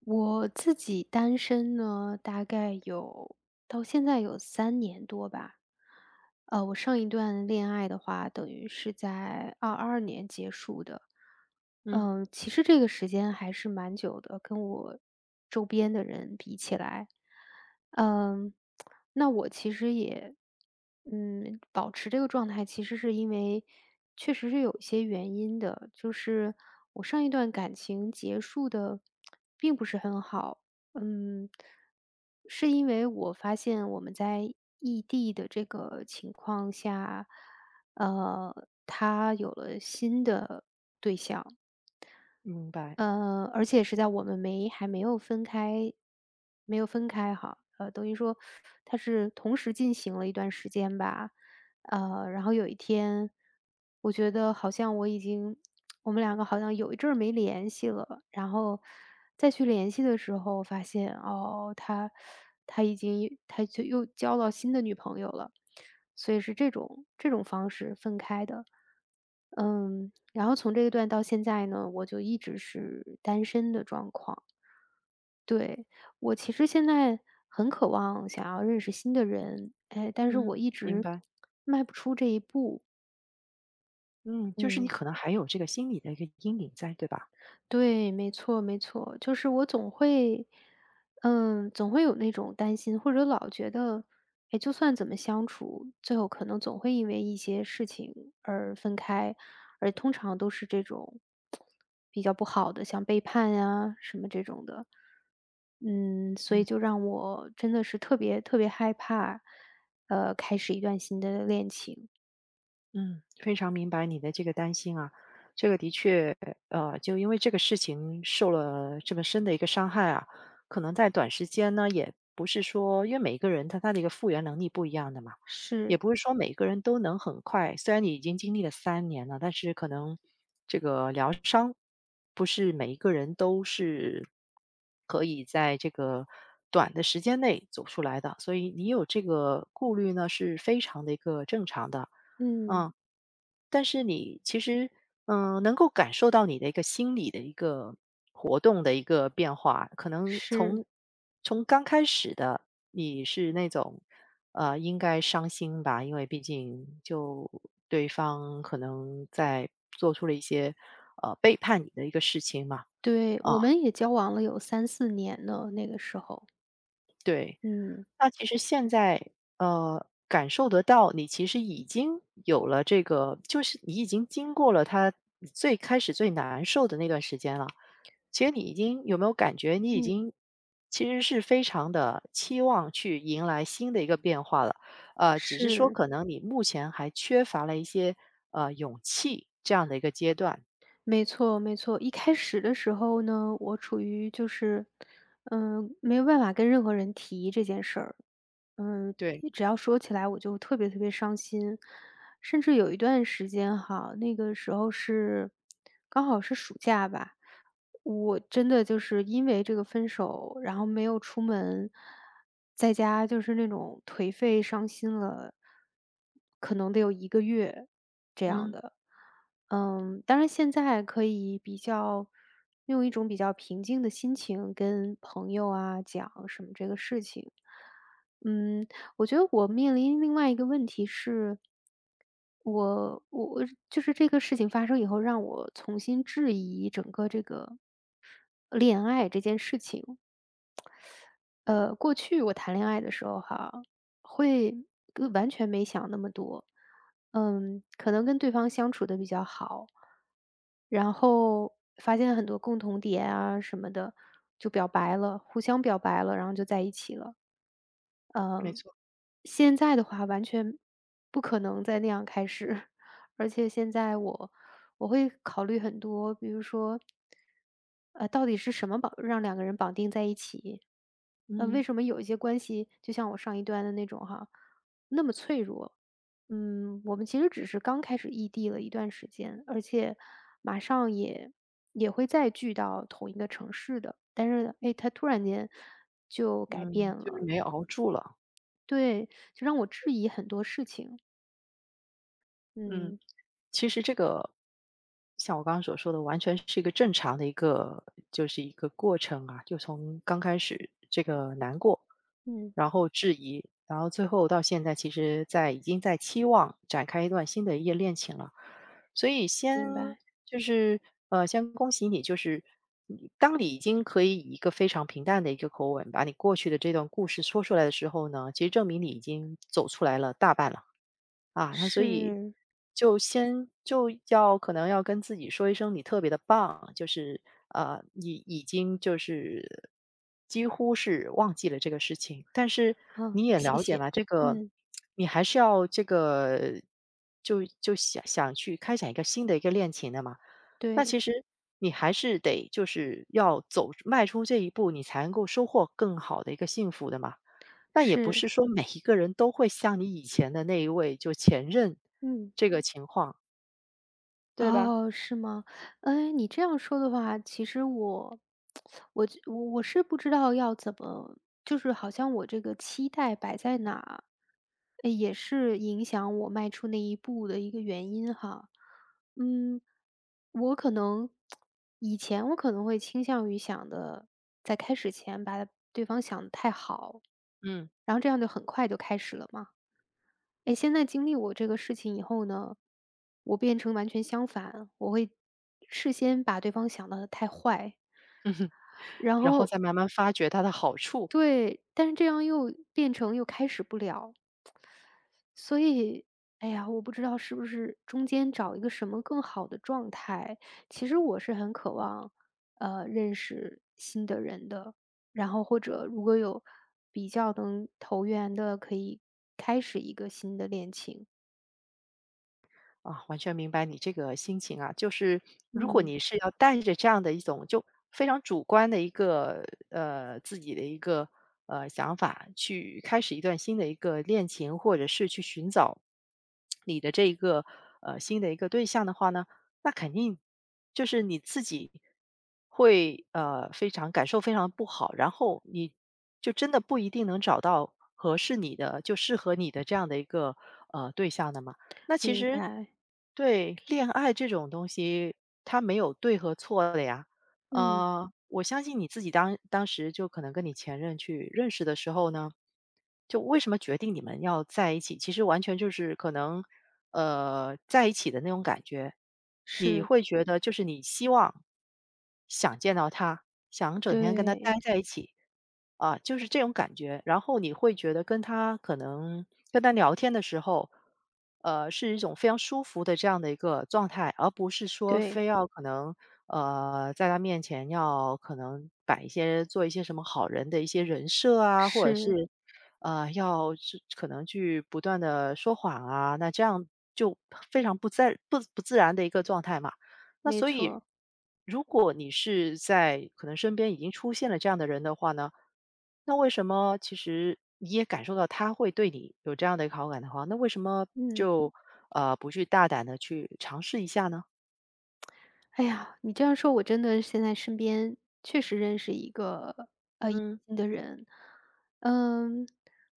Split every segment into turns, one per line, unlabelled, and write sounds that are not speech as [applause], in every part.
我自己单身呢，大概有到现在有3年多吧。我上一段恋爱的话，等于是在22年结束的。
嗯，
其实这个时间还是蛮久的，跟我周边的人比起来。嗯，那我其实也，保持这个状态，其实是因为确实是有一些原因的，就是我上一段感情结束的并不是很好，嗯，是因为我发现我们在异地的这个情况下，他有了新的，
明白。
而且是在我们没还没有分开哈，等于说他是同时进行了一段时间吧。然后有一天，我觉得好像我已经我们两个好像有一阵儿没联系了，然后再去联系的时候发现，哦，他他已经他就又交到新的女朋友了，所以是这种方式分开的。然后从这一段到现在呢，我就一直是单身的状况。对。我其实现在很渴望想要认识新的人，哎，但是
嗯，
我一
明
直
白。
迈不出这一步。
嗯，就是你
嗯。
可能还有这个心理的一个阴影在，对吧？
对，没错，没错，就是我总会有那种担心，或者老觉得，哎，就算怎么相处，最后可能总会因为一些事情而分开，而通常都是这种比较不好的，像背叛呀什么这种的，所
嗯。
以就让我真的是特别特别害怕，开始一段新的恋情。
嗯，非常明白你的这个担心啊，这个的确，就因为这个事情受了这么深的一个伤害啊，可能在短时间呢，也不是说，因为每个人他的一个复原能力不一样的嘛，也
是。
不是说每个人都能很快。虽然你已经经历了三年了，但是可能这个疗伤不是每一个人都是可以在这个短的时间内走出来的，所以你有这个顾虑呢，是非常的一个正常的。
嗯。
嗯，但是你其实，嗯、能够感受到你的一个心理的一个活动的一个变化，可能
是。
从刚开始的你是那种，应该伤心吧，因为毕竟就对方可能在做出了一些背叛你的一个事情嘛，
对，
啊、
我们也交往了有3、4年了，那个时候。
对，
嗯。
那其实现在，感受得到你其实已经有了这个就是你已经经过了他最开始最难受的那段时间了。其实你已经有没有感觉你已
嗯。
经其实是非常的期望去迎来新的一个变化了，只是说
是。
可能你目前还缺乏了一些，勇气这样的一个阶段。
没错，没错，一开始的时候呢，我处于就是，没有办法跟任何人提这件事儿。嗯，
对，
只要说起来我就特别特别伤心，甚至有一段时间哈，那个时候刚好是暑假吧，我真的就是因为这个分手，然后没有出门，在家就是那种颓废、伤心了，可能得有1个月。
嗯，
嗯，当然现在可以用一种比较平静的心情跟朋友啊讲什么这个事情。嗯，我觉得我面临另外一个问题是，我就是这个事情发生以后，让我重新质疑整个这个恋爱这件事情。过去我谈恋爱的时候哈，会完全没想那么多。可能跟对方相处的比较好，然后发现很多共同点啊什么的，就表白了，互相表白了，然后就在一起了。
没错，
现在的话完全不可能再那样开始，[laughs] 而且现在我会考虑很多，比如说，到底是什么让2个人绑定在一起？为
嗯，
什么有一些关系，就像我上一段的那种哈，那么脆弱？我们其实只是刚开始异地了一段时间，而且马上也会再聚到同一个城市的。但是呢，哎，他突然间就改
嗯，
变
就是
了。
没有熬住了，
对。就让我质疑很多事情。
嗯。
嗯。
其实这个像我刚刚所说的，完全是一个正常的一个就是一个过程啊，就从刚开始这个难过，
嗯。
然后质疑，然后最后到现在，其实在已经在期望展开一段新的一页恋情了。所以先
明白。
就是先恭喜你，就是你当你已经可以以一个非常平淡的一个口吻把你过去的这段故事说出来的时候呢，其实证明你已经走出来了大半了。啊，那所以
是。
就先就要可能要跟自己说一声你特别的棒，就是你已经就是几乎是忘记了这个事情。但是你
嗯。
也嗯
谢
了解
谢。
嘛，这个
嗯。
你还是要这个就想想去开展一个新的一个恋情的嘛。那
对。
其实你还是得就是要走迈出这一步，你才能够收获更好的一个幸福的嘛。那也不
是。
是说每一个人都会像你以前的那一位就前任
嗯。
这个情况，对吧？
哦，是吗？哎，你这样说的话，其实我，我就我我是不知道要怎么，就是好像我这个期待摆在哪，哎也是影响我迈出那一步的一个原因哈。嗯，我可能以前我可能会倾向于想的，在开始前把对方想的太好，
嗯，
然后这样就很快就开始了嘛。哎，现在经历我这个事情以后呢，我变成完全相反，我会事先把对方想的太坏，然
然后
后。
再慢慢发掘它的好处。
对。但是这样又变成又开始不了，所以，哎呀，我不知道是不是中间找一个什么更好的状态。其实我是很渴望，认识新的人的，然后或者如果有比较能投缘的，可以开始一个新的恋情。
啊，完全明白你这个心情啊，就是如果
嗯。
你是要带着这样的一种就非常主观的一个自己的一个想法去开始一段新的一个恋情，或者是去寻找你的这一个新的一个对象的话呢，那肯定就是你自己会非常感受非常不好，然后你就真的不一定能找到合适你的就适合你的这样的一个对象的嘛。那其
明
实
白。
对，恋爱这种东西，它没有对和错的呀。
嗯。
我相信你自己当时就可能跟你前任去认识的时候呢，就为什么决定你们要在一起，其实完全就是可能，在一起的那种感觉，你
是。
会觉得就是你希望想见到他，想整天跟他待
对。
在一起，啊，就是这种感觉。然后你会觉得跟他可能跟他聊天的时候，是一种非常舒服的这样的一个状态，而不是说
对。
非要可能在他面前要可能摆一些做一些什么好人的一些人设啊，或者
是。
是要是可能去不断的说谎啊，那这样就非常不自不自然的一个状态嘛。那
没
所以，
错。
如果你是在可能身边已经出现了这样的人的话呢，那为什么其实你也感受到他会对你有这样的一个好感的话，那为什么
嗯。
就不去大胆的去尝试一下呢？
哎呀，你这样说，我真的现在身边确实认识一个
嗯
新的人，嗯，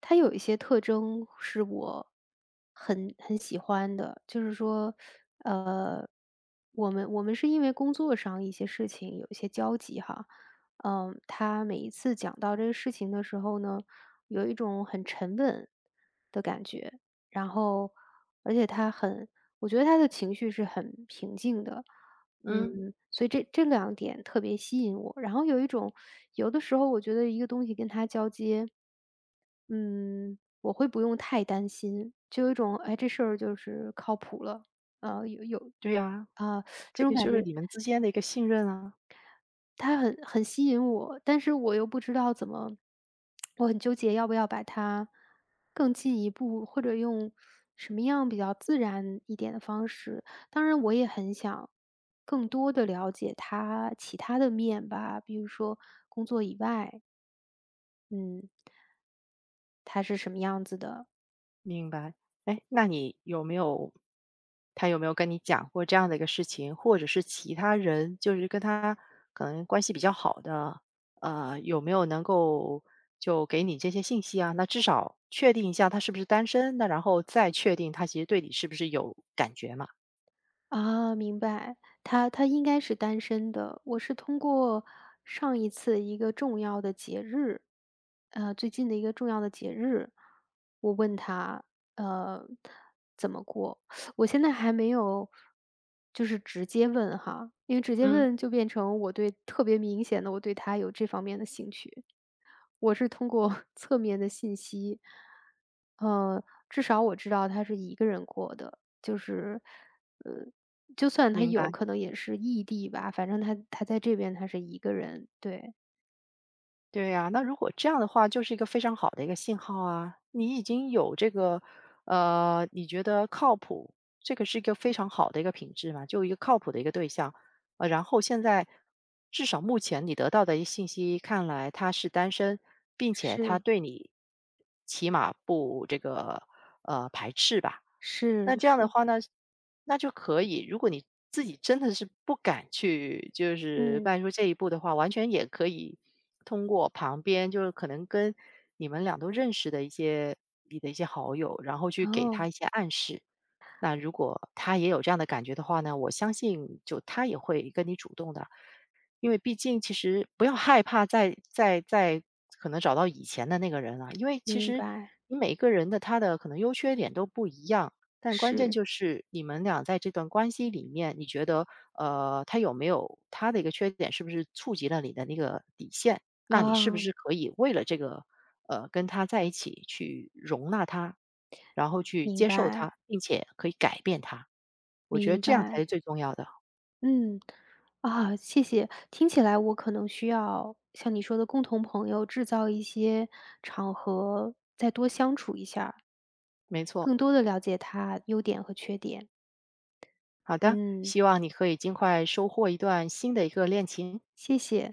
他有一些特征是我很喜欢的，就是说，呃，我们是因为工作上一些事情有一些交集哈，他每一次讲到这个事情的时候呢，有一种很沉稳的感觉，然后而且他很，我觉得他的情绪是很平静的。
嗯，
嗯，所以这两点特别吸引我。然后有一种有的时候我觉得一个东西跟它交接，嗯，我会不用太担心，就有一种，哎，这事儿就是靠谱了，有
对呀、
啊，
这
这种
个
感
就
觉
是你们之间的一个信任啊。
它很吸引我，但是我又不知道怎么我很纠结要不要把它更进一步，或者用什么样比较自然一点的方式。当然我也很想更多的了解他其他的面吧，比如说工作以外，嗯，他是什么样子的。
明白。哎，那你有没有他有没有跟你讲过这样的一个事情，或者是其他人就是跟他可能关系比较好的，有没有能够就给你这些信息啊？那至少确定一下他是不是单身，那然后再确定他其实对你是不是有感觉嘛？
啊，明白，他应该是单身的。我是通过上一次一个重要的节日，最近的一个重要的节日，我问他，呃，怎么过？我现在还没有，就是直接问哈，因为直接
嗯，
问就变成我对特别明显的我对他有这方面的兴趣。我是通过 [laughs] 侧面的信息，呃，至少我知道他是一个人过的，就是，呃，就算他
明白。
有可能也是异地吧，反正他在这边他是一个人。对。
对呀，那如果这样的话，就是一个非常好的一个信号啊！你已经有这个，你觉得靠谱，这个是一个非常好的一个品质嘛，就一个靠谱的一个对象。然后现在至少目前你得到的一信息看来，他是单身，并且他
是，
对你起码不这个排斥吧。那
是，
这样的
是。
话呢，那就可以。如果你自己真的是不敢去，就是
嗯。
迈出这一步的话，完全也可以通过旁边，就是可能跟你们俩都认识的一些你的一些好友，然后去给他
哦。
一些暗示。那如果他也有这样的感觉的话呢，我相信就他也会跟你主动的，因为毕竟其实不要害怕再可能找到以前的那个人啊，因为其
明
实
白。
你每一个人的他的可能优缺点都不一样。但关键
是。
就是你们俩在这段关系里面，你觉得，他有没有他的一个缺点，是不是触及了你的那个底线？那你是不
啊，
是可以为了这个，跟他在一起去容纳他，然后去
明
接受
白，
他，并且可以改变他？我觉得
明
这样才
白。
是最重要的。
嗯。啊，谢谢。听起来我可能需要像你说的共同朋友，制造一些场合，再多相处一下儿
没
更
错，
多的了解他优点和缺点。
好的，
嗯。
希望你可以尽快收获一段新的一个恋情。
谢谢。